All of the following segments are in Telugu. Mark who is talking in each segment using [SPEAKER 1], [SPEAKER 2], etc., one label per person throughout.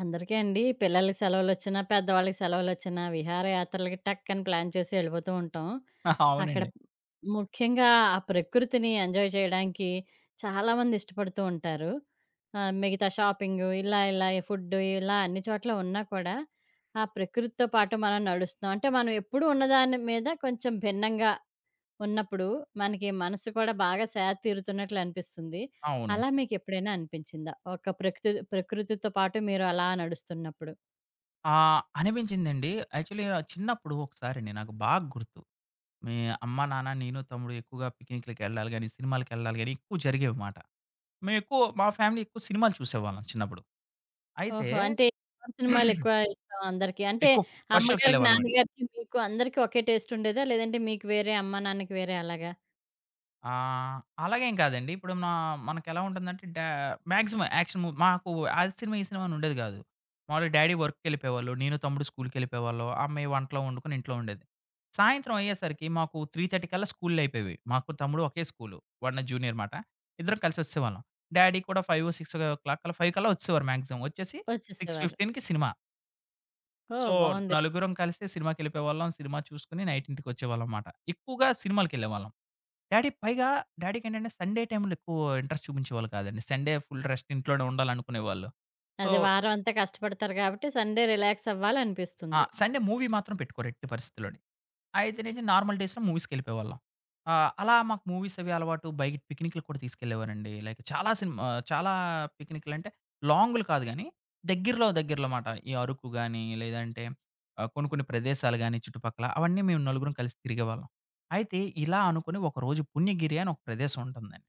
[SPEAKER 1] అందరికీ అండి. పిల్లలకి సెలవులొచ్చినా, పెద్దవాళ్ళకి సెలవులొచ్చినా విహారయాత్రలకి టక్ అని ప్లాన్ చేసి వెళ్ళిపోతూ ఉంటాం.
[SPEAKER 2] ఆహా!
[SPEAKER 1] అక్కడ
[SPEAKER 2] అవునండి.
[SPEAKER 1] ముఖ్యంగా ఆ ప్రకృతిని ఎంజాయ్ చేయడానికి చాలామంది ఇష్టపడుతూ ఉంటారు. మిగతా షాపింగు ఇలా ఇలా ఫుడ్డు ఇలా అన్ని చోట్ల ఉన్నా కూడా ఆ ప్రకృతితో పాటు మనం నడుస్తున్నాం. అంటే మనం ఎప్పుడూ ఉన్నదాని మీద కొంచెం భిన్నంగా ఉన్నప్పుడు మనకి మనసు కూడా బాగా సేద తీరుతున్నట్లు అనిపిస్తుంది.
[SPEAKER 2] అవును.
[SPEAKER 1] అలా మీకెప్పుడైనా అనిపించిందా? ఒక ప్రకృతితో పాటు మీరు అలా నడుస్తున్నప్పుడు?
[SPEAKER 2] అనిపించిందండి. యాక్చువల్లీ చిన్నప్పుడు ఒకసారండి నాకు బాగా గుర్తు. మీ అమ్మ, నాన్న, నేను, తమ్ముడు ఎక్కువగా పిక్నిక్‌లకెళ్ళాలి గాని, సినిమాలకెళ్ళాలి గాని ఎక్కువ జరిగేవి మాట. మేము ఎక్కువ మా ఫ్యామిలీ ఎక్కువ సినిమాలు చూసేవాళ్ళం చిన్నప్పుడు. అయితే
[SPEAKER 1] ఓహో! అంటే ఎవరి సినిమాలెక్కువ ఇష్టం అందరికి? అంటే
[SPEAKER 2] ఎక్కువ ఫస్ట్
[SPEAKER 1] అమ్మగారికి,
[SPEAKER 2] షో‌కెళ్ళేవాళ్ళమండి.
[SPEAKER 1] నాన్నగారికి, మీకు అందరికి ఒకే టేస్ట్ ఉండేదా? లేదంటే మీకు వేరే, అమ్మ, నాన్నకి వేరే అలాగా?
[SPEAKER 2] ఆహ్, అలాగేం కాదండి. ఇప్పుడు మనకెలా ఉంటుందంటే మాక్సిమం యాక్షన్ మూవ్ మాకు ఆ సినిమా, ఈ సినిమా అని ఉండేది కాదు. మామూలుగా డ్యాడీ వర్క్‌కెళ్ళిపోయేవాళ్ళు. నేను, తమ్ముడు స్కూల్‌కెళ్ళిపోయేవాళ్ళం. అమ్మాయి వంటలో వండుకొని ఇంట్లో ఉండేది. సాయంత్రం అయ్యేసరికి మాకు 3:30 కల్లా స్కూల్‌లయిపోయేవి. మాకు, తమ్ముడు ఒకే స్కూలు. వాడు నా జూనియర్ మాట. ఇద్దరం కలిసి వచ్చేసేవాళ్ళం. డ్యాడీ కూడా 5, 6 కల్లా 5 కల్లా వచ్చేసేవారు మాక్సిమం. వచ్చేసి
[SPEAKER 1] వచ్చేసేవారు.
[SPEAKER 2] 6:15కి సినిమా.
[SPEAKER 1] ఓహ్!
[SPEAKER 2] సో,
[SPEAKER 1] బావుంది.
[SPEAKER 2] నలుగురం కలిసి సినిమాకెళ్ళిపోయేవాళ్ళం. సినిమా చూసుకొని నైట్ ఇంటికొచ్చేవాళ్ళం మాట. ఎక్కువగా సినిమాలకెళ్ళేవాళ్ళం. డ్యాడీ పైగా డ్యాడీకేంటంటే సండే టైమ్‌లో ఎక్కువ ఇంట్రెస్ట్ చూపించేవాళ్ళు కాదండి. సండే ఫుల్ రెస్ట్ ఇంట్లోనే ఉండాలనుకునేవాళ్ళు. సో
[SPEAKER 1] అదే వారం అంతా కష్టపడతారు కాబట్టి సండే రిలాక్స్
[SPEAKER 2] ఆ!
[SPEAKER 1] అవ్వాలనిపిస్తుంది.
[SPEAKER 2] సండే మూవీ మాత్రం పెట్టుకోరు ఎట్టి పరిస్థితిలోని. అయితే నుంచి నార్మల్ డేస్‌లో మూవీస్‌కెళ్ళిపోయేవాళ్ళం. అలా మాకు మూవీస్ అవి అలవాటు. బయట పిక్నిక్‌లకి కూడా తీసుకెళ్ళేవారండి. లైక్ చాలా సినిమా చాలా పిక్నిక్‌లంటే లాంగ్‌లు కాదు గానీ, దగ్గరలో దగ్గరలో మాట. ఈ అరకు గాని, లేదంటే కొన్ని కొన్ని ప్రదేశాలు గాని చుట్టుపక్కల అవన్నీ మేము నలుగురం కలిసి తిరిగేవాళ్ళం. అయితే ఇలా అనుకుని ఒకరోజు పుణ్యగిరి అని ఒక ప్రదేశం ఉంటుందండి.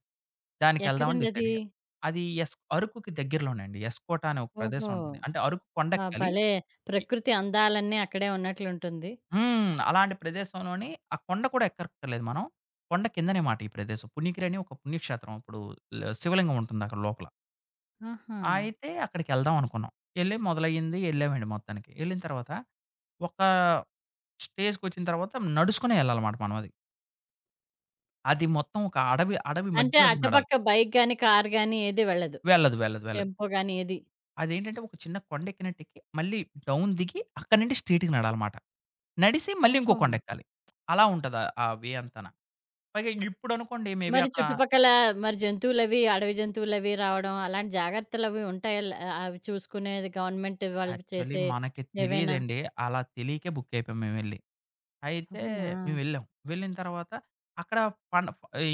[SPEAKER 2] దానికెళ్దామని
[SPEAKER 1] ఎక్కడండి
[SPEAKER 2] డిసైడ్
[SPEAKER 1] అది?
[SPEAKER 2] అయ్యా. అది అరకుకి దగ్గరలోనే అండి. ఎస్కోట అనే ఒక ప్రదేశం
[SPEAKER 1] ఓహో!
[SPEAKER 2] ఉంటుంది. అంటే అరకు
[SPEAKER 1] ఆ!
[SPEAKER 2] కొండెక్కాలి.
[SPEAKER 1] భలే ప్రకృతి అందాలన్నీ అక్కడే ఉన్నట్లుంటుంది.
[SPEAKER 2] హ్మ్. అలాంటి ప్రదేశంలోని ఆ కొండ కూడా ఎక్కక్కర్లేదు మనం. కొండ కిందనే మాట ఈ ప్రదేశం. పుణ్యగిరి అని ఒక పుణ్యక్షేత్రం. ఇప్పుడు శివలింగం ఉంటుంది అక్కడ లోపల.
[SPEAKER 1] ఆహా!
[SPEAKER 2] అయితే అక్కడికెళ్దాం అనుకున్నాం. ఎళ్లి మొదలయ్యింది. ఎళ్ళామండి మొత్తానికి. ఎళ్ళిన తర్వాత ఒక స్టేజ్‌కొచ్చిన తర్వాత నడుచుకునే ఎళ్ళాలమాట మనం అది. అది మొత్తం ఒక అడవి అడవి
[SPEAKER 1] అంటే
[SPEAKER 2] మధ్యలో నడాలి.
[SPEAKER 1] అటుపక్క బైక్ గాని, కార్ గాని ఏది వెళ్ళదు.
[SPEAKER 2] వెళ్ళదు. వెళ్ళదు. వెళ్ళదు.
[SPEAKER 1] టెంపో గాని ఏది.
[SPEAKER 2] అదేంటంటే ఒక చిన్న కొండ ఎక్కినట్టెక్కి మళ్ళీ డౌన్ దిగి అక్కడి నుండి స్ట్రెయిట్‌గా నడాలమాట. నడిసి మళ్ళీ ఇంకో
[SPEAKER 1] ఓహో!
[SPEAKER 2] కొండెక్కాలి. అలా ఉంటది ఆ ఆ వే అంతాన. పైగా ఇప్పుడనుకోండి మే బీ
[SPEAKER 1] మరి
[SPEAKER 2] అక్కడ
[SPEAKER 1] చుట్టుపక్కల మరి జంతువులవి, అడవి జంతువులవి రావడం అలాంటి జాగ్రత్తలవి ఉంటాయా? అవి చూసుకునేది గవర్నమెంట్ వాళ్ళు
[SPEAKER 2] యాక్చువల్లీ
[SPEAKER 1] చేసే
[SPEAKER 2] మనకి
[SPEAKER 1] ఏవైనా?
[SPEAKER 2] తెలీదండి. అలా తెలియకే బుక్ అయిపోయాం మేమెళ్లి. అయితే
[SPEAKER 1] అవునా?
[SPEAKER 2] మేమెళ్ళాం. వెళ్ళిన తర్వాత అక్కడ పండ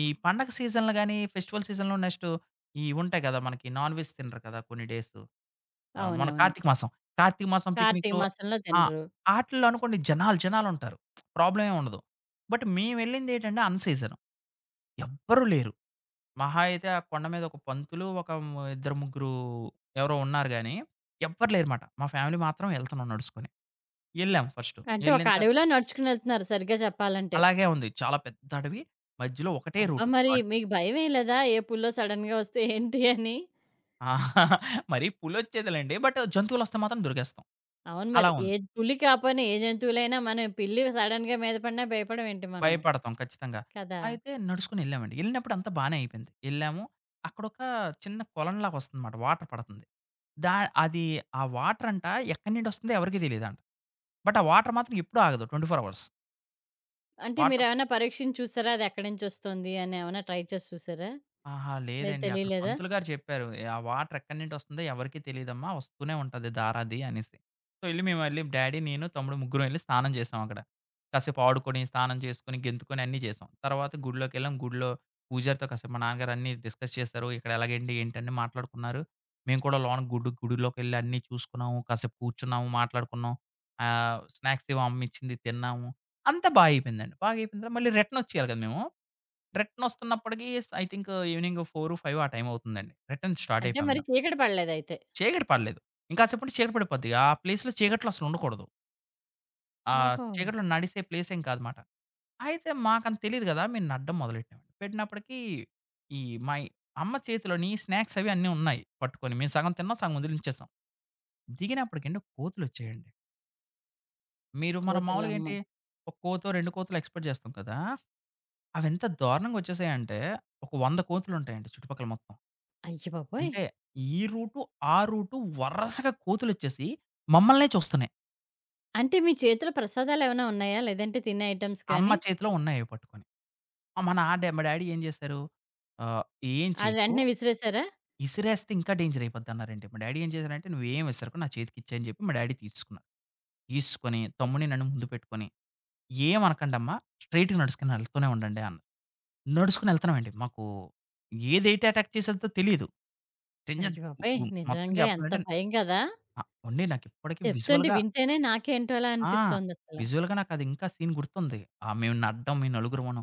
[SPEAKER 2] ఈ పండగ సీజన్‌లో గాని, ఫెస్టివల్ సీజన్‌లో నెక్స్ట్ ఈ ఉంటాయి కదా! మనకి నాన్ వెజ్ తినరు కదా! కొన్ని డేస్. మన
[SPEAKER 1] అవునవును.
[SPEAKER 2] కార్తీక మాసం. కార్తీక మాసం
[SPEAKER 1] కార్తీక
[SPEAKER 2] పిక్నిక్‌లు
[SPEAKER 1] మాసంలో
[SPEAKER 2] ఆ!
[SPEAKER 1] తినరు.
[SPEAKER 2] ఆటిల్లో అనుకోండి జనాలు జనాలుంటారు. ప్రాబ్లమ్ ఏమి ఉండదు. బట్ మేమెళ్ళిందేంటంటే అన్ సీజన్. ఎవ్వరూ లేరు. మహా అయితే ఆ కొండ మీద ఒక పంతులు, ఇద్దరు ముగ్గురు ఎవరో ఉన్నారు గాని, ఎవ్వరు లేరుమాట. మా ఫ్యామిలీ మాత్రం ఎళ్తున్నాం నడుచుకొని. ఎళ్ళాం ఫస్టు.
[SPEAKER 1] అంటే ఒక
[SPEAKER 2] ఎళ్ళిన త
[SPEAKER 1] అడవిలో నడుచుకుని ఎళ్తున్నారు సరిగ్గా చెప్పాలంటే.
[SPEAKER 2] అలాగే ఉంది. చాలా పెద్ద అడవి. మధ్యలో ఒకటే
[SPEAKER 1] అబ్బా!
[SPEAKER 2] రూటు.
[SPEAKER 1] మరి మీకు భయమేయలేదా? ఏ పులో సడెన్‌గా వస్తే ఏంటి అని?
[SPEAKER 2] మరి పులొచ్చేదిలెండి. బట్ జంతువులొస్తే మాత్రం దొరికేస్తాం.
[SPEAKER 1] అవును మరి.
[SPEAKER 2] అలా
[SPEAKER 1] ఏ
[SPEAKER 2] ఉంది.
[SPEAKER 1] పులి కాపోయినా ఏ జంతువులైనా మనం పిల్లి సడెన్‌గా మీద పడినా భయపడమేంటి మనం?
[SPEAKER 2] భయపడతాం ఖచ్చితంగా.
[SPEAKER 1] కదా!
[SPEAKER 2] అయితే నడుచుకొని ఎళ్ళామండి. ఎళ్ళినప్పుడు అంతా బానే అయిపోయింది. ఎళ్ళాము. అక్కడొక చిన్న కొలంలాగా వస్తుందన్నమాట. వాటర్ పడుతుంది. దా అది ఆ వాటర్ ఎక్కడి నుండొస్తుందో ఎవరికీ తెలీదంట. బట్ ఆ వాటర్ మాత్రం ఎప్పుడూ ఆగదు. 24 అవర్స్.
[SPEAKER 1] అంటే
[SPEAKER 2] వాటర్
[SPEAKER 1] మీరేమైనా పరీక్షించి చూసారా? అది ఎక్కడి నుంచొస్తుంది అని ఏమైనా ట్రై చేసి చూసారా?
[SPEAKER 2] ఆహా!
[SPEAKER 1] లేదు
[SPEAKER 2] లేదండి. అక్కడ
[SPEAKER 1] తెలియలేదా?
[SPEAKER 2] పంతులు గారు చెప్పారు. "ఏ, ఆ వాటర్ ఎక్కడి నుండి వస్తుందో ఎవరికీ తెలీదమ్మా. వస్తూనే ఉంటది దారాది" అనేసి. సో, ఎళ్లి డ్యాడీ, నేను, తమ్ముడు ముగ్గురం ఎళ్లి స్నానం చేసాం అక్కడ. కాసేపు ఆడుకొని, స్నానం చేసుకొని, గెంతుకొని అన్నీ చేసాం. తర్వాత గుడిలోకెళ్ళాం. గుడిలో పూజారితో కాసేపు మా నాన్నగారు అన్నీ డిస్కస్ చేశారు. ఇక్కడ ఎలాగేంటి, ఏంటని మాట్లాడుకున్నారు. మేము కూడా లోన గుడిలోకెళ్ళి అన్నీ చూసుకున్నాము. కాసేపు కూర్చున్నాము, మాట్లాడుకున్నాం. స్నాక్స్ ఏవో అమ్మ ఇచ్చింది తిన్నాము. అంతా బాగా అయిపోయిందండి. బాగా అయిపోయిన తర్వాత మళ్ళీ రిటర్న్ వచ్చేయాలి కదా మేము. రిటర్నొస్తున్నప్పటికి ఐ థింక్ ఈవెనింగ్ 4, 5 ఆ టైం అవుతుందండి. రిటర్న్ స్టార్ట్
[SPEAKER 1] అంటే
[SPEAKER 2] అయిపోయాం
[SPEAKER 1] మరి
[SPEAKER 2] మేము.
[SPEAKER 1] చీకటి పడలేదయితే.
[SPEAKER 2] చీకటి పడలేదు. ఇంకాసేపంటే చీకటి పడిపోద్ది. ఆ ప్లేస్‌లో చీకట్లో అసలుండకూడదు. ఆ
[SPEAKER 1] ఓహో!
[SPEAKER 2] చీకట్లో నడిసే ప్లేసేం కాదుమాట. అయితే మాకంత తెలీదు గదా! మేము నడ్డం మొదలెట్టామండి. పెట్టినప్పటికి ఈ మా అమ్మ చేతిలోని స్నాక్స్ అవి అన్నీ ఉన్నాయి పట్టుకొని. మేము సగం తిన్నాం, సగం వదిలించేసాం. దిగినప్పటికండి కోతులొచ్చాయండి. మనం మామూలుగా
[SPEAKER 1] కోతులమ్మ.
[SPEAKER 2] ఏంటి ఒక కోతో, 2 కోతులో ఎక్స్‌పెక్ట్ చేస్తాం కదా! అవెంత దారుణంగా వచ్చేసాయంటే ఒక 100 కోతులుంటాయండి చుట్టుపక్కల మొత్తం.
[SPEAKER 1] అయ్యబాబోయ్!
[SPEAKER 2] అంటే ఈ రూటు, ఆ రూటు వరసగా కోతులొచ్చేసి మమ్మల్నే చూస్తున్నాయి.
[SPEAKER 1] అంటే మీ చేతిలో ప్రసాదాలేమైనా ఉన్నాయా? లేదంటే తినే ఐటెమ్స్
[SPEAKER 2] అమ్మ
[SPEAKER 1] కానీ?
[SPEAKER 2] చేతిలో ఉన్నయి అవి పట్టుకొని. మా నా డా మా డాడీ ఏం చేశారు, ఆహ్, "ఏం
[SPEAKER 1] అది
[SPEAKER 2] చేయకు,
[SPEAKER 1] వెంటనే విసిరేసారా?
[SPEAKER 2] ఇసిరేస్తే ఇంకా డేంజర్ అయిపోద్దన్నారండి." మా డాడీ ఏం చేశారంటే, "నువ్వేం విసరకు నా చేతికిచ్చేయి" అని చెప్పి మా డాడీ తీసుకున్నారు. తీసుకొని తమ్ముడిని నన్ను ముందు పెట్టుకొని, "ఏమనకండమ్మా స్ట్రెయిట్‌గా నడుసుకొని వెళ్తూనే ఉండండి" అన్నారు. నడుసుకొని ఎళ్తున్నామండి. మాకు ఏది ఎటు అటాక్ చేసేద్దో తెలీదు. డేంజర్
[SPEAKER 1] అయ్యబాబోయ్!
[SPEAKER 2] గు మొత్తం
[SPEAKER 1] నిజంగా ఎంత
[SPEAKER 2] చెప్పాలంటే
[SPEAKER 1] భయం కదా!
[SPEAKER 2] ఆ! అండి నాకిప్పటికి
[SPEAKER 1] చెప్తుంటే
[SPEAKER 2] విజువల్‌గా
[SPEAKER 1] వింటేనే నాకేంటో అలా
[SPEAKER 2] ఆ!
[SPEAKER 1] అనిపిస్తోందసల.
[SPEAKER 2] విజువల్‌గా నాకది ఇంకా సీన్ గుర్తుంది. మేము నలుగురమును.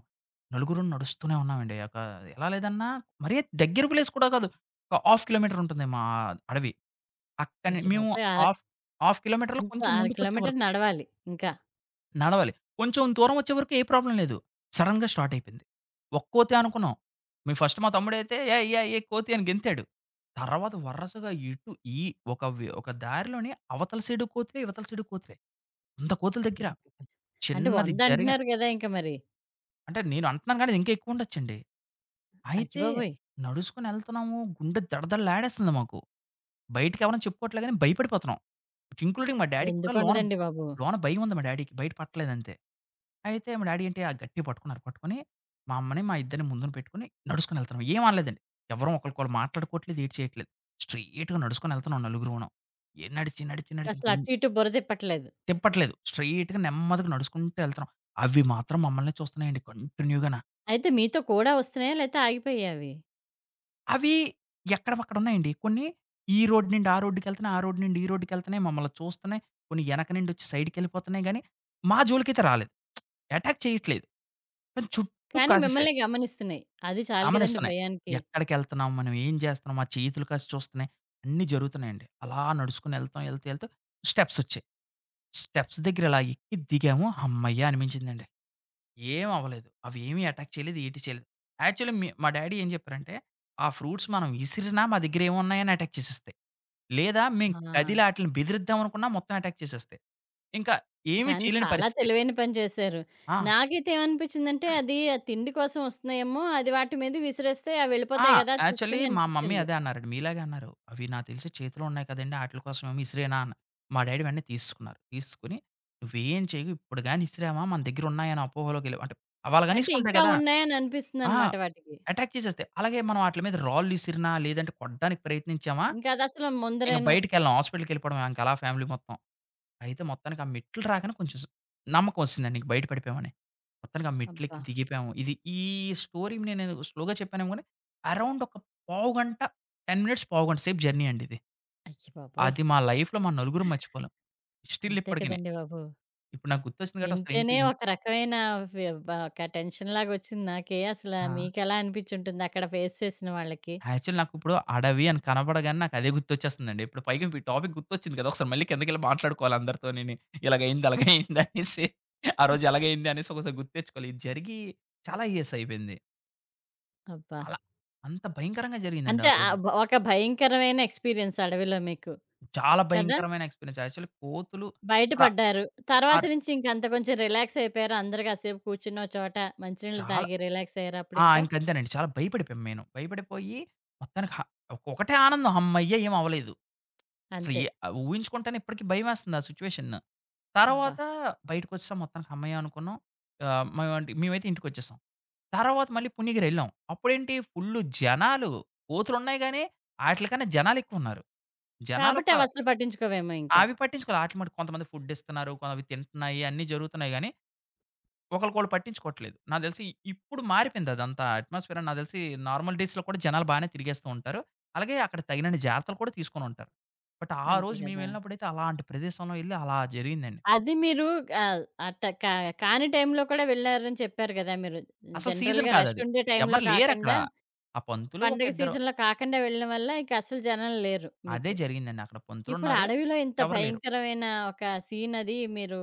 [SPEAKER 2] నలుగురం నడుస్తూనే ఉన్నామండి. ఒక ఎలా లేదన్నా మరీ దగ్గర ప్లేస్ కూడా కాదు. ఒక హాఫ్ కిలోమీటర్ ఉంటుంది మా అడవి. అక్కని మేము
[SPEAKER 1] అయ్యబాబోయ్!
[SPEAKER 2] హాఫ్, హాఫ్ కిలోమీటర్‌లో
[SPEAKER 1] ఇంత
[SPEAKER 2] కొంచెం
[SPEAKER 1] 1/2
[SPEAKER 2] ముందుకొచ్చే
[SPEAKER 1] కిలోమీటర్
[SPEAKER 2] వరకు
[SPEAKER 1] నడవాలి ఇంకా.
[SPEAKER 2] నడవాలి. కొంచెం దూరం వచ్చే వరకు ఏ ప్రాబ్లమ్ లేదు. సడెన్‌గా స్టార్ట్ అయిపోయింది. ఒక్కోతే అనుకున్నాం. మేము ఫస్ట్ మా తమ్ముడైతే "ఏయ్! ఏయ్! ఏయ్! కోతి" అని గెంతాడు. తర్వాత వరసగా ఇటు ఈ ఒక దారిలోనే అవతల సైడు కోతులే, ఇవతల సైడు కోతులే. 100 కోతుల దగ్గర.
[SPEAKER 1] అయ్యబాబోయ్! అంటే
[SPEAKER 2] చిన్నది
[SPEAKER 1] 100
[SPEAKER 2] జరిగిన
[SPEAKER 1] అంటున్నారు కదా! ఇంక మరి.
[SPEAKER 2] అంటే నేను అంటున్నాను గానీ ఇంకా ఎక్కువ ఉండొచ్చండి. అయితే
[SPEAKER 1] అయ్యబాబోయ్!
[SPEAKER 2] నడుసుకొని ఎళ్తున్నాము. గుండె దడదడలాడేస్తుంది మాకు. బయటకెవరం చెప్పుకోవట్లే గానీ భయపడిపోతున్నాం. ఇంక్లూడింగ్ మా డ్యాడీకి కూడా లోన
[SPEAKER 1] ఎందుకుండదండి బాబు.
[SPEAKER 2] లోన భయం ఉంది మా డ్యాడీకి. బయట పట్టలేదంతే. అయితే మా డ్యాడీ ఏంటి ఆ గట్టిగా పట్టుకున్నారు. పట్టుకొని మా అమ్మని, మా ఇద్దరిని ముందున పెట్టుకొని నడుసుకొని ఎళ్తున్నాం. ఏం అనలేదండి. ఎవరం ఒకళ్ళకొకళ్ళు మాట్లాడుకోవట్లేదు. ఏటి చేయట్లేదు. స్ట్రెయిట్‌గా నడుసుకొని ఎళ్తున్నాం నలుగురును. నడిచి, నడిచి, నడిచి
[SPEAKER 1] అసలు
[SPEAKER 2] గుం
[SPEAKER 1] అటు ఇటు బురదెప్పట్లేదు.
[SPEAKER 2] తిప్పట్లేదు. స్ట్రెయిట్‌గా నెమ్మదిగా నడుసుకుంటూ ఎళ్తున్నాం. అవి మాత్రం మమ్మల్నే చూస్తున్నాయండి కంటిన్యూ‌గాన.
[SPEAKER 1] అయితే మీతో కూడా వస్తున్నాయా? లేతే ఆగిపోయాయా అవి?
[SPEAKER 2] అవి ఎక్కడివక్కడ ఉన్నాయండి. కొన్ని ఈ రోడ్ నుండి ఆ రోడ్డుకెళ్తున్నాయి, ఆ రోడ్ నుండి ఈ రోడ్డుకెళ్తున్నాయి. మమ్మల్ని చూస్తున్నాయి. కొన్ని ఎనక నుండి వచ్చి సైడ్‌కెళ్ళిపోతున్నాయి గానీ, మా జోలికైతే రాలేదు. అటాక్ చేయట్లేదు. కానీ చుట్టూ
[SPEAKER 1] కానీ
[SPEAKER 2] కాసేసాయి.
[SPEAKER 1] మిమ్మల్ని గమనిస్తున్నాయి. అది చాలు కదండీ
[SPEAKER 2] గమనిస్తున్నాయి.
[SPEAKER 1] భయానికి.
[SPEAKER 2] ఎక్కడికెళ్తున్నాం, మనం ఏం చేస్తున్నాం, మా చేతులు కాసి చూస్తున్నాయి. అన్నీ జరుగుతున్నాయండి. అలా నడుచుకొని ఎళ్తాం, ఎళ్తూ, ఎళ్తూ స్టెప్సొచ్చాయి. స్టెప్స్ దగ్గర ఇలా ఎక్కి దిగాము. హమ్మయ్య! అనిపించిందండి. ఏం అవ్వలేదు. అవి ఏమీ అటాక్ చేయలేదు, ఏటి చేయలేదు. యాక్చువల్లీ మా డ్యాడీ ఏం చెప్పారంటే, "ఆ ఫ్రూట్స్ మనం విసిరినా మా దగ్గర ఏమున్నాయని అటాక్ చేసేస్తాయి. లేదా మేము
[SPEAKER 1] ఆ!
[SPEAKER 2] కదిలి ఆటిలిని బెదిరిద్దాం అనుకున్నా మొత్తం అటాక్ చేసేస్తాయి. ఇంకా ఏమీ
[SPEAKER 1] కానీ
[SPEAKER 2] చేయలేని
[SPEAKER 1] చాలా
[SPEAKER 2] పరిస్థితి."
[SPEAKER 1] తెలివైన పని చేశారు.
[SPEAKER 2] ఆ!
[SPEAKER 1] నాకైతే ఏమనిపించిందంటే అది ఆ తిండి కోసం వస్తున్నాయేమో, అది వాటి మీద విసిరేస్తే అవి
[SPEAKER 2] ఆ!
[SPEAKER 1] వెళ్ళిపోతాయి గదా!
[SPEAKER 2] యాక్చువల్లీ
[SPEAKER 1] తీసుకొని
[SPEAKER 2] మా మమ్మీ
[SPEAKER 1] అనిపించింది.
[SPEAKER 2] అదే అన్నారండి. మీలాగే అన్నారు. "అవి నాకు తెలిసి చేతిలో ఉన్నాయి కదండీ! ఆటిల కోసం ఏమో ఇసిరేనా?" అన్నారు. మా డ్యాడీ వెంటనే తీసుకున్నారు. తీసుకొని "నువ్వేం చెయ్యకు. ఇప్పుడు గాని ఇసిరామా మన దగ్గర ఉన్నాయని అపోహలోకెళ్ళావు" అంటే వాళ్ళు గాని
[SPEAKER 1] అంటే
[SPEAKER 2] ఇసుకుంటాయి
[SPEAKER 1] ఇంకా
[SPEAKER 2] కదా!
[SPEAKER 1] ఉన్నాయని
[SPEAKER 2] ఆ!
[SPEAKER 1] అనిపిస్తుందన్నమాట వాటికి.
[SPEAKER 2] అటాక్ చేసేస్తాయి. అలాగే మనం ఆటిల మీద రాళ్ళు విసిరినా, లేదంటే కొట్టడానికి ప్రయత్నించామా,
[SPEAKER 1] ఇంకా అదసలు
[SPEAKER 2] ఇంక
[SPEAKER 1] ముందరేను.
[SPEAKER 2] బయటికెళ్ళం. హాస్పిటల్‌కెళ్ళిపోవడమే ఇంక అలా ఫ్యామిలీ మొత్తం. అయితే మొత్తానికి ఆ మెట్లు రాగానే కొంచెం నమ్మకం ఒచ్చేసిందండి. ఇంక బయట పడిపోయామని. మొత్తానికి ఆ
[SPEAKER 1] అబ్బా!
[SPEAKER 2] మెట్లెక్కి దిగిపోయాము. ఈ స్టోరీ నేను స్లోగా చెప్పానేమో గాని, అరౌండ్ ఒక పావుగంట, 10 మినిట్స్, పావుగంట సేపు జర్నీ అండి ఇది.
[SPEAKER 1] అయ్య బాబోయ్!
[SPEAKER 2] అది మా లైఫ్‌లో మా నలుగురం మర్చిపోలేం. స్టిల్
[SPEAKER 1] అంతే
[SPEAKER 2] ఇప్పటికిని.
[SPEAKER 1] కదండీ బాబు.
[SPEAKER 2] ఇప్పుడు నాకు గుర్తొచ్చింది కాబట్టి అసలు ఇంటి
[SPEAKER 1] వింటేనే
[SPEAKER 2] ఇన్
[SPEAKER 1] ఒక రకమైన ఫి బ ఒక టెన్షన్‌లాగొచ్చింది నాకే. అసలా
[SPEAKER 2] ఆ!
[SPEAKER 1] మీకెలా అనిపిచ్చుంటుంది అక్కడ ఫేస్ చేసిన వాళ్ళకి?
[SPEAKER 2] యాక్చువల్ నాకిప్పుడు అడవి అని కనపడగానే నాకదే గుర్తొచ్చేస్తుందండి. ఇప్పుడు పైగా మీ టాపిక్ గుర్తొచ్చింది కదా! ఒకసారి మళ్ళీ కిందకెళ్ళి మాట్లాడుకోవాలి అందరితోనిని. ఇలాగయింది, అలాగయింది అనేసి. ఆ రోజు ఎలాగయింది అనేసి ఒకసారి గుర్తు తెచ్చుకోవాలి. ఇది జరిగి చాలా ఇయర్స్ అయిపోయింది.
[SPEAKER 1] అబ్బా!
[SPEAKER 2] అలా అంత భయంకరంగా జరిగిందండి
[SPEAKER 1] అంటే
[SPEAKER 2] ఆ
[SPEAKER 1] ఆహ్,
[SPEAKER 2] రోజు.
[SPEAKER 1] బ ఒక భయంకరమైన ఎక్స్‌పీరియన్స్ అడవిలో మీకు.
[SPEAKER 2] చాలా
[SPEAKER 1] కదా!
[SPEAKER 2] భయంకరమైన ఎక్స్‌పీరియన్స్. యాక్చువల్లీ కోతులు ర
[SPEAKER 1] బయటపడ్డారు. తర్వాత
[SPEAKER 2] ఆర్
[SPEAKER 1] నుంచి ఇంక అంత కొంచెం రిలాక్స్ అయిపోయారా? అందరూ కాసేపు కూర్చుని ఓ చోట మంచినీళ్ళు
[SPEAKER 2] చాలా
[SPEAKER 1] తాగి రిలాక్స్ అయ్యారా
[SPEAKER 2] ఆ!
[SPEAKER 1] అప్పుడింకా?
[SPEAKER 2] ఇంకంతేనండి. చాలా భయపడిపోయాం మెయిను. భయపడిపోయి మొత్తానికి ఒకటే ఆనందం హమ్మయ్య! ఏం అవ్వలేదు. అసలు
[SPEAKER 1] అంతే.
[SPEAKER 2] ఊహించుకుంటేనే ఇప్పటికి భయమేస్తుంది ఆ సిట్యుయేషన్.
[SPEAKER 1] అబ్బా!
[SPEAKER 2] తర్వాత బయటికొచ్చేసాం మొత్తానికి హమ్మయ్య అనుకున్నాం. మేమైతే ఇంటికొచ్చేసాం. తర్వాత మళ్ళీ పుణ్యగిరెళ్ళాం. అప్పుడేంటి ఫుల్లు జనాలు. కోతులున్నాయి గానీ, ఆటిలికన్నా జనాలెక్కువున్నారు.
[SPEAKER 1] కాబట్టి
[SPEAKER 2] జనాలొక
[SPEAKER 1] అవసలు పట్టించుకోవేమో ఇంకా.
[SPEAKER 2] అవి పట్టించుకోలే. ఆటిలి మటుకు కొంతమంది ఫుడ్ ఇస్తున్నారు. అవి తింటున్నాయి. అన్నీ జరుగుతున్నాయి గానీ, ఒకళ్ళకొళ్ళు పట్టించుకోవట్లేదు. నాకు తెలిసి ఇప్పుడు మారిపోయింది అదంతా అట్మాస్ఫియర్ అని నాకు తెలిసి నార్మల్ డేస్‌లో కూడా జనాలు బానే తిరిగేస్తూ ఉంటారు. అలాగే అక్కడ తగినన్ని జాగ్రత్తలు కూడా తీసుకొనుంటారు. బట్ ఆ
[SPEAKER 1] అంతే
[SPEAKER 2] రోజు మేము
[SPEAKER 1] కదా!
[SPEAKER 2] వెళ్ళినప్పుడైతే అలాంటి ప్రదేశంలో ఎళ్లి అలా జరిగిందండి.
[SPEAKER 1] అది మీరు ఆహ్, అట్ట కా కాని టైంలో కూడా వెళ్లారని చెప్పారు గదా! మీరు
[SPEAKER 2] అసలు సీజన్
[SPEAKER 1] జనరల్‌గా రష్
[SPEAKER 2] కాదది.
[SPEAKER 1] ఉండే టైంలో
[SPEAKER 2] ఎవరు లేరక్కడ.
[SPEAKER 1] కాకండా
[SPEAKER 2] ఆ పంతులు ఒక
[SPEAKER 1] పండగ
[SPEAKER 2] ఇద్దరు
[SPEAKER 1] సీజన్‌లో కాకండా వెళ్ళడం వల్ల ఇక అసలు జనం లేరు
[SPEAKER 2] అదే
[SPEAKER 1] మీకు.
[SPEAKER 2] జరిగిందండి. అక్కడ
[SPEAKER 1] ఇప్పుడు
[SPEAKER 2] పంతులున్నారు.
[SPEAKER 1] అడవిలో ఇంత
[SPEAKER 2] ఎవరు లేరు.
[SPEAKER 1] భయంకరమైన ఒక సీన్ అది మీరు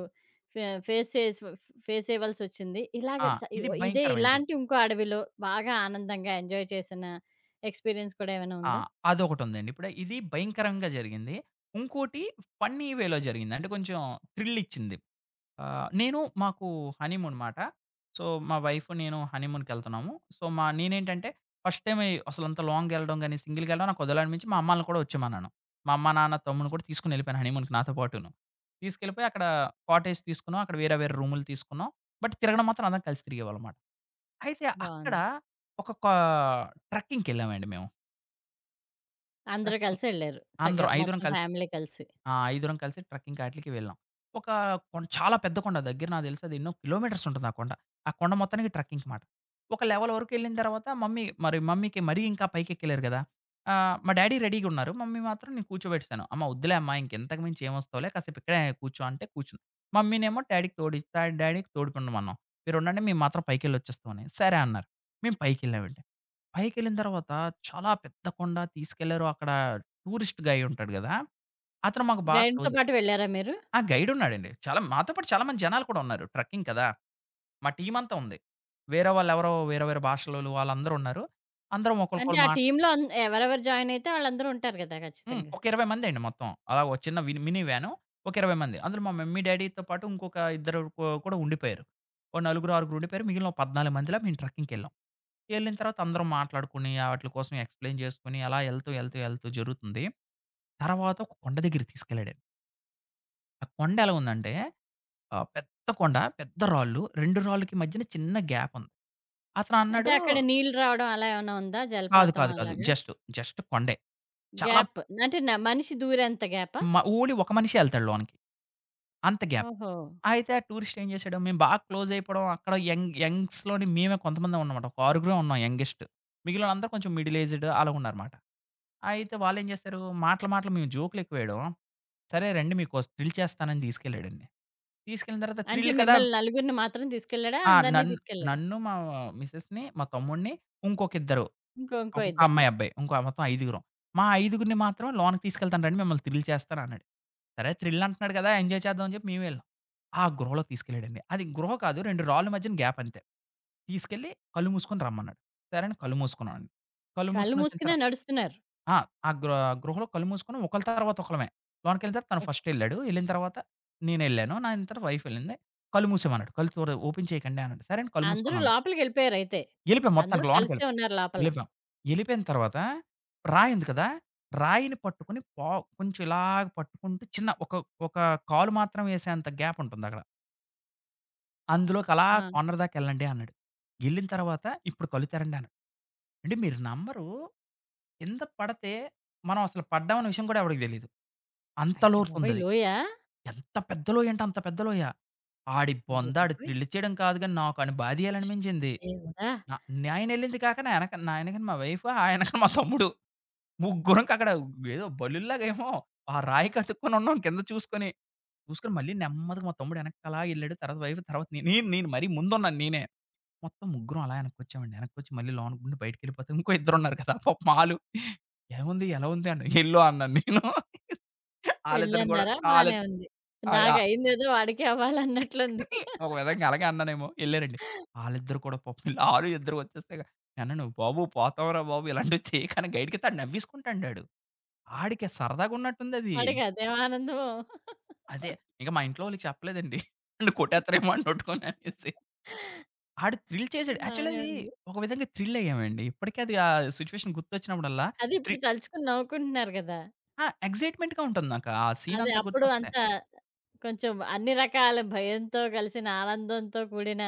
[SPEAKER 1] ఫే ఫేస్ చేసి ఫేస్ చేయవలసొచ్చింది. ఇలాగ
[SPEAKER 2] ఆ!
[SPEAKER 1] చ
[SPEAKER 2] ఇది
[SPEAKER 1] ఇదే
[SPEAKER 2] భయంకరమైనదండి.
[SPEAKER 1] ఇలాంటి ఇంకో అడవిలో బాగా ఆనందంగా ఎంజాయ్ చేసిన ఎక్స్‌పీరియన్స్ కూడా ఏమైనా
[SPEAKER 2] ఆ!
[SPEAKER 1] ఉందా?
[SPEAKER 2] అదొకటుందండి. ఇప్పుడు ఇది భయంకరంగా జరిగింది. ఇంకోటి ఫన్నీ వేలో జరిగింది. అంటే కొంచెం థ్రిల్ ఇచ్చింది. మాకు హనీమూన్ మాట. సో, మా వైఫ్, నేను హనీమూన్‌కెళ్తున్నాము. సో, నేనేంటంటే ఫస్ట్ టైమ్ అసలంత లాంగ్ ఎళ్ళడం గాని, సింగిల్‌గా ఎళ్ళడం నాకు వద్దులనిపించి మా అమ్మాల్ని కూడా వచ్చేయమన్నాను. మా అమ్మ, నాన్న, తమ్ముడిని కూడా తీసుకొనెళ్ళిపోయాను హనీమూన్‌కి నాతో పాటును. తీసుకెళ్ళిపోయి అక్కడ కాటేజ్ తీసుకున్నాం. అక్కడ వేరే వేరే రూములు తీసుకున్నాం. బట్ తిరగడం మాత్రం అందరం కలిసి తిరిగేవాళ్ళమాట. అయితే అక్కడ
[SPEAKER 1] బావుంది.
[SPEAKER 2] ఒక కా ట్రెక్కింగ్‌కెళ్ళామండి మేము.
[SPEAKER 1] అందరూ
[SPEAKER 2] ట్రెక్కింగ్
[SPEAKER 1] కలిసి ఎళ్లారు. చక్కగా
[SPEAKER 2] అందరం ఐదుగురం
[SPEAKER 1] మొత్తం
[SPEAKER 2] కలిసి
[SPEAKER 1] ఫ్యామిలీ కలిసి.
[SPEAKER 2] ఆ! ఐదుగురం కలిసి ట్రెక్కింగ్‌కి ఆటిలకి వెళ్ళాం. ఒక కొన్ చాలా పెద్ద కొండ. దగ్గర నాకు తెలిసి అది ఎన్నో కిలోమీటర్స్ ఉంటుంది ఆ కొండ. ఆ కొండ మొత్తానికి ట్రెక్కింగ్ మాట. ఒక లెవెల్ వరకెళ్ళిన తర్వాత మమ్మీకి మరీ ఇంకా పైకెక్కలేరు కదా! మా డ్యాడీ రెడీగా ఉన్నారు. మమ్మీ మాత్రం నేను కూర్చోబెట్టేసాను. "అమ్మ వద్దులే అమ్మ ఇంకింతకు మించి ఏమొస్తావులే కాసేపు ఇక్కడే కూర్చో" అంటే కూర్చుంది. మమ్మీనేమో డ్యాడీకి తోడి డ్యాడీకి తోడుకుండమన్నాం. "మీరుండండి మేము మాత్రం పైకెళ్ళొచ్చేస్తాం" అని. సరే అన్నారు. మేము పైకెళ్ళామండి. పైకెళ్ళిన తర్వాత చాలా పెద్ద కొండ తీసుకెళ్లారు. అక్కడ టూరిస్ట్ గైడ్ ఉంటాడు గదా! అతను మాకు బాగా
[SPEAKER 1] గైడ్‌తో
[SPEAKER 2] క్లోజ్.
[SPEAKER 1] పాటు వెళ్లారా మీరు?
[SPEAKER 2] ఆ! గైడ్ ఉన్నాడండి. మాతో పాటు చాలా మంది జనాలు కూడా ఉన్నారు. ట్రెక్కింగ్ కదా! మా టీమ్ అంతా ఉంది. వేరే వాళ్ళెవరో వేరే వేరే భాషలోళ్ళు వాళ్ళందరూ ఉన్నారు. అందరం
[SPEAKER 1] అంటే
[SPEAKER 2] ఒకళ్ళకొకళ్ళు
[SPEAKER 1] ఆ
[SPEAKER 2] మాట్లా
[SPEAKER 1] టీమ్‌లో ఎవరెవరు జాయిన్ అయితే వాళ్ళందరూ ఉంటారు కదా!
[SPEAKER 2] హ్మ్.
[SPEAKER 1] ఖచ్చితంగా.
[SPEAKER 2] ఒక 20 మందండి మొత్తం. అలా ఒక చిన్న మినీ వ్యాను ఒక 20 మంది. అందులో మా మమ్మీ, డ్యాడీతో పాటు ఇంకొక ఇద్దరు కూడా ఉండిపోయారు. ఓ నలుగురు, ఆరుగురు ఉండిపోయారు. మిగిలిన ఓ 14 మందిలా మేము ట్రెక్కింగ్‌కెళ్ళాం. ఎళ్ళిన తర్వాత అందరం మాట్లాడుకుని ఆటిల కోసం ఎక్స్‌ప్లెయిన్ చేసుకొని అలా ఎళ్తూ, ఎళ్తూ, ఎళ్తూ జరుగుతుంది. తర్వాత ఒక కొండ దగ్గరికి తీసుకెళ్ళాడండి. ఆ కొండ ఎలా ఉందంటే పెద్ద కొండ, పెద్ద రాళ్ళు. 2 రాళ్ళకి మధ్యన చిన్న గ్యాప్ ఉంది. అతను
[SPEAKER 1] అంటే
[SPEAKER 2] అన్నాడు
[SPEAKER 1] అక్కడ నీళ్ళు రావడం అలా ఏమైనా ఉందా?
[SPEAKER 2] కాదు,
[SPEAKER 1] జలపాతం
[SPEAKER 2] కాదు, కాదు.
[SPEAKER 1] అలాగా?
[SPEAKER 2] జస్ట్ కొండే. చాలా
[SPEAKER 1] గ్యాప్. అంటే మనిషి దూరేంత గ్యాపా?
[SPEAKER 2] ఓన్లీ ఒక మనిషే ఎళ్తాడు లోనికి. అంత గ్యాప్.
[SPEAKER 1] ఓహో!
[SPEAKER 2] అయితే ఆ టూరిస్ట్ ఏం చేశాడు, మేము బాగా క్లోజ్ అయిపోవడం అక్కడ యంగ్స్‌లోని మేమే కొంతమందే ఉన్నామన్నమాట. ఒక ఆరుగురే ఉన్నాం యంగెస్ట్. మిగిలినందరూ కొంచెం మిడిల్ ఏజ్డ్ అలా ఉన్నారన్నమాట. అయితే వాళ్ళేం చేశారు, మాటలు, మేము జోక్‌లు ఎక్కువేయడం, సరే రండి మీకో థ్రిల్ చేస్తానని తీసుకెళ్ళాడండి. తీసుకెళ్ళిన తర్వాత
[SPEAKER 1] అంటే
[SPEAKER 2] థ్రిల్ కదా!
[SPEAKER 1] మిమ్మల్ని నలుగురిని మాత్రం తీసుకెళ్ళాడా?
[SPEAKER 2] ఆ!
[SPEAKER 1] అందరిని
[SPEAKER 2] నన్ను
[SPEAKER 1] తీసుకెళ్ళాడా?
[SPEAKER 2] నన్ను మా మిసెస్‌ని, మా తమ్ముడిని, ఇంకొకిద్దరు.
[SPEAKER 1] ఇంకో ఇంకో
[SPEAKER 2] ఒక
[SPEAKER 1] ఇద్దరిని.
[SPEAKER 2] అమ్మాయి, అబ్బాయి. ఇంకో మొత్తం ఐదుగురం. మా ఐదుగురిని మాత్రం లోనకి తీసుకెళ్తాను రండి మిమ్మల్ని థ్రిల్ చేస్తానన్నాడు. సరే థ్రిల్ అంటున్నాడు కదా! ఎంజాయ్ చేద్దాం అని చెప్పి మేము వెళ్ళాం. ఆ గృహలోకి తీసుకెళ్ళాడండి. అది గృహ కాదు 2 రాళ్ళ మధ్యన గ్యాప్ అంతే. తీసుకెళ్ళి కళ్ళు మూసుకొని రమ్మన్నాడు. సరే అని కళ్ళు మూసుకున్నామండి. కళ్ళు
[SPEAKER 1] కళ్ళు
[SPEAKER 2] మూసుకొనొచ్చిన
[SPEAKER 1] మూసుకునే నడుస్తున్నారు.
[SPEAKER 2] ఆ! ఆ గృ గృహలో కళ్ళు మూసుకొని ఒకళ్ళ తర్వాత ఒకళ్ళమే. లోనకెళ్ళిన తర్వాత తను
[SPEAKER 1] ఓకే.
[SPEAKER 2] ఫస్ట్ ఎళ్ళాడు. ఎళ్ళిన తర్వాత నేనెళ్ళాను. నా అంతట వైఫ్ ఎళ్ళింది. కళ్ళు మూసేమన్నాడు. కళ్ళు ఓపెన్ చేయకండి అన్నాడు. సరే అని కళ్ళు
[SPEAKER 1] అందరూ
[SPEAKER 2] మూసుకున్నాను.
[SPEAKER 1] లోపలికెళ్ళిపోయారయితే.
[SPEAKER 2] ఎళ్ళిపోయాం
[SPEAKER 1] అందరూ
[SPEAKER 2] మొత్తానికి
[SPEAKER 1] కలిసే
[SPEAKER 2] లోనకెళ్ళిపోయాం.
[SPEAKER 1] ఉన్నారు లోపల.
[SPEAKER 2] ఎళ్ళిపోయాం. ఎళ్ళిపోయిన తర్వాత రాయి ఉంది కదా! రాయిని పట్టుకొని పా కొంచెం ఇలాగ పట్టుకుంటూ చిన్న ఒక ఒక కాలు మాత్రం ఏసేంత గ్యాప్ ఉంటుందక్కడ. అందులోకి అలా
[SPEAKER 1] ఆ!
[SPEAKER 2] కార్నర్ దాకా ఎళ్ళండి అన్నాడు. ఎళ్ళిన తర్వాత ఇప్పుడు కళ్ళు తెరండి అన్నాడు. అంటే మీరు నమ్మరు కింద పడితే మనం అసలు పడ్డామన్న విషయం కూడా ఎవడికి తెలీదు. అంత
[SPEAKER 1] అయ్య బాబోయ్!
[SPEAKER 2] లోతుందది.
[SPEAKER 1] లోయా?
[SPEAKER 2] ఎంత పెద్ద లోయంటే అంత పెద్ద లోయ. ఆడి
[SPEAKER 1] అయ్య
[SPEAKER 2] బొంద ఆడు
[SPEAKER 1] బాబోయ్!
[SPEAKER 2] థ్రిల్ ఇచ్చేయడం కాదు గానీ, నాకని బాధేయాలనిపించింది.
[SPEAKER 1] దేవుడా!
[SPEAKER 2] నా నేనెళ్ళింది కాక నా ఎనకన మా వైఫ్, ఆ ఎనకన మా తమ్ముడు. ముగ్గురంకక్కడ ఏదో బలుల్లాగేమో ఆ రాయి కతుక్కునున్నాం కింద చూసుకొని. చూసుకొని మళ్ళీ నెమ్మదిగా మా తమ్ముడు ఎనకలా ఎళ్ళాడు. తర్వాత వైఫ్ తర్వాత నే నేను నేను మరీ ముందున్నాను నేనే. మొత్తం ముగ్గురం అలా ఎనక్కొచ్చామండి. ఎనక్కొచ్చి మళ్ళీ లోన గుండి బయటికెళ్ళిపోతే ఇంకో ఇద్దరున్నారు కదా! పాపం ఆళ్ళు "ఏముంది? ఎలా ఉంది?" అన్నారు. "ఎల్లో" అన్నాను నేను. ఆళ్ళిద్దరిని కూడా
[SPEAKER 1] ఎళ్ళన్నారా? బానే
[SPEAKER 2] ఆళ్ళిద్
[SPEAKER 1] ఉంది.
[SPEAKER 2] ఆ!
[SPEAKER 1] నాకయిందేదో వాడికి అవ్వాలన్నట్లుంది.
[SPEAKER 2] ఒక విధంగా అలాగే అన్నానేమో. ఎళ్లారండి. ఆళ్ళిద్దరూ కూడా పాపం ఆరు ఇద్దరు వచ్చేస్తే "నాన్న నువ్వు బాబు పోతావురా బాబు ఇలాంటివి చేయకు" అని గైడ్‌కితే ఆడు నవ్వేసుకుంటాండాడు. ఆడికి సరదాగా ఉన్నట్టుందది.
[SPEAKER 1] వాడికి అదేం ఆనందమో!
[SPEAKER 2] అదే ఇంక మా ఇంట్లో వాళ్ళకి చెప్పలేదండి. నన్ను కొట్టేత్తరేమో అని నోటుకొని అనేసి. ఆడు థ్రిల్ చేసాడు. యాక్చువల్
[SPEAKER 1] బానే
[SPEAKER 2] అది
[SPEAKER 1] ఉంది.
[SPEAKER 2] ఒక విధంగా థ్రిల్ అయ్యామండి. ఇప్పటికి అది ఆ సిట్యుయేషన్ గుర్తొచ్చినప్పుడల్లా
[SPEAKER 1] అదే
[SPEAKER 2] త్రి
[SPEAKER 1] ఇప్పుడు తలుచుకొని నవ్వుకుంటున్నారు గదా!
[SPEAKER 2] ఆ! ఎక్సైట్‌మెంట్‌గా ఉంటుంది నాకు. ఆ సీన్
[SPEAKER 1] అదే.
[SPEAKER 2] అంతా
[SPEAKER 1] అప్పుడు
[SPEAKER 2] గుర్తొస్తే.
[SPEAKER 1] అంతా కొంచెం అన్ని రకాల భయంతో కలిసిన ఆనందంతో కూడిన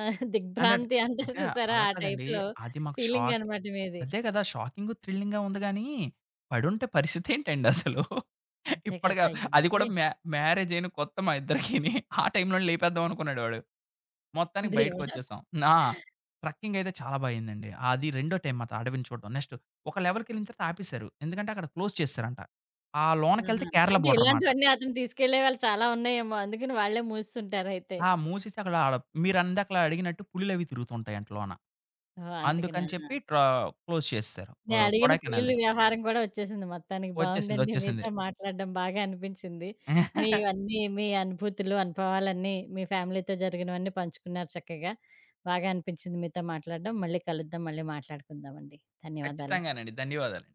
[SPEAKER 2] అంటే
[SPEAKER 1] దిగ్భ్రాంతి అంటారు
[SPEAKER 2] అంటే
[SPEAKER 1] చూసారా?
[SPEAKER 2] అలా
[SPEAKER 1] ఆ
[SPEAKER 2] కాదండి.
[SPEAKER 1] టైప్‌లో
[SPEAKER 2] అది మాకు
[SPEAKER 1] ఫీలింగ్
[SPEAKER 2] షాక్
[SPEAKER 1] అనమాట మీది.
[SPEAKER 2] అదే కదా! షాకింగు, థ్రిల్లింగ్‌గా ఉంది గానీ, పడుంటే పరిస్థితేంటండసలు?
[SPEAKER 1] అంతే కదా!
[SPEAKER 2] ఇప్పటిగా
[SPEAKER 1] అయ్య
[SPEAKER 2] అది కూడా
[SPEAKER 1] బాబోయ్!
[SPEAKER 2] మ్యారేజయిన కొత్త మా ఇద్దరికిని. ఆ టైంలోనే లేపేద్దాం అనుకున్నాడు వాడు. మొత్తానికి
[SPEAKER 1] దేవుడా!
[SPEAKER 2] బయటకొచ్చేసాం. ఆ! ట్రెక్కింగయితే చాలా అయిందండి. అది రెండో టైం మాట అడవిని చూడడం. నెక్స్ట్ ఒక లెవెల్‌కెళ్ళిన తర్వాత ఆపేశారు. ఎందుకంటే అక్కడ క్లోజ్ చేసేశారంట. ఆ
[SPEAKER 1] ఆహా!
[SPEAKER 2] లోనకెళ్తే కేరళ
[SPEAKER 1] అంటే
[SPEAKER 2] బోర్డరమాట.
[SPEAKER 1] ఇలాంటివన్నీ అతను తీసుకెళ్ళేవాళ్ళు చాలా ఉన్నాయేమో. అందుకని వాళ్ళే మూసేసుంటారయితే.
[SPEAKER 2] ఆ! మూసేసి అక్కడ ఆడ మీరందాకలా అడిగినట్టు పులులవి తిరుగుతుంటాయంట లోన.
[SPEAKER 1] ఓహ్! అందుకనా?
[SPEAKER 2] అందుకని చెప్పి ట్రా క్లోజ్ చేసేసారు.
[SPEAKER 1] నేనడిగిన
[SPEAKER 2] కొడైకెనాల్
[SPEAKER 1] పులుల
[SPEAKER 2] దగ్గర.
[SPEAKER 1] వ్యాపారం కూడా వచ్చేసింది మొత్తానికి.
[SPEAKER 2] వచ్చేసింది.
[SPEAKER 1] బావుందండి.
[SPEAKER 2] వచ్చేసింది.
[SPEAKER 1] మీతో మాట్లాడడం బాగా అనిపించింది. మీవన్నీ మీ అనుభూతులు, అనుభవాలన్నీ మీ ఫ్యామిలీతో జరిగినవన్నీ పంచుకున్నారు చక్కగా. బాగా అనిపించింది మీతో మాట్లాడడం. మళ్ళీ కలుద్దాం. మళ్ళీ మాట్లాడుకుందామండి. ధన్యవాదాలు.
[SPEAKER 2] ఖచ్చితంగానండి. ధన్యవాదాలు.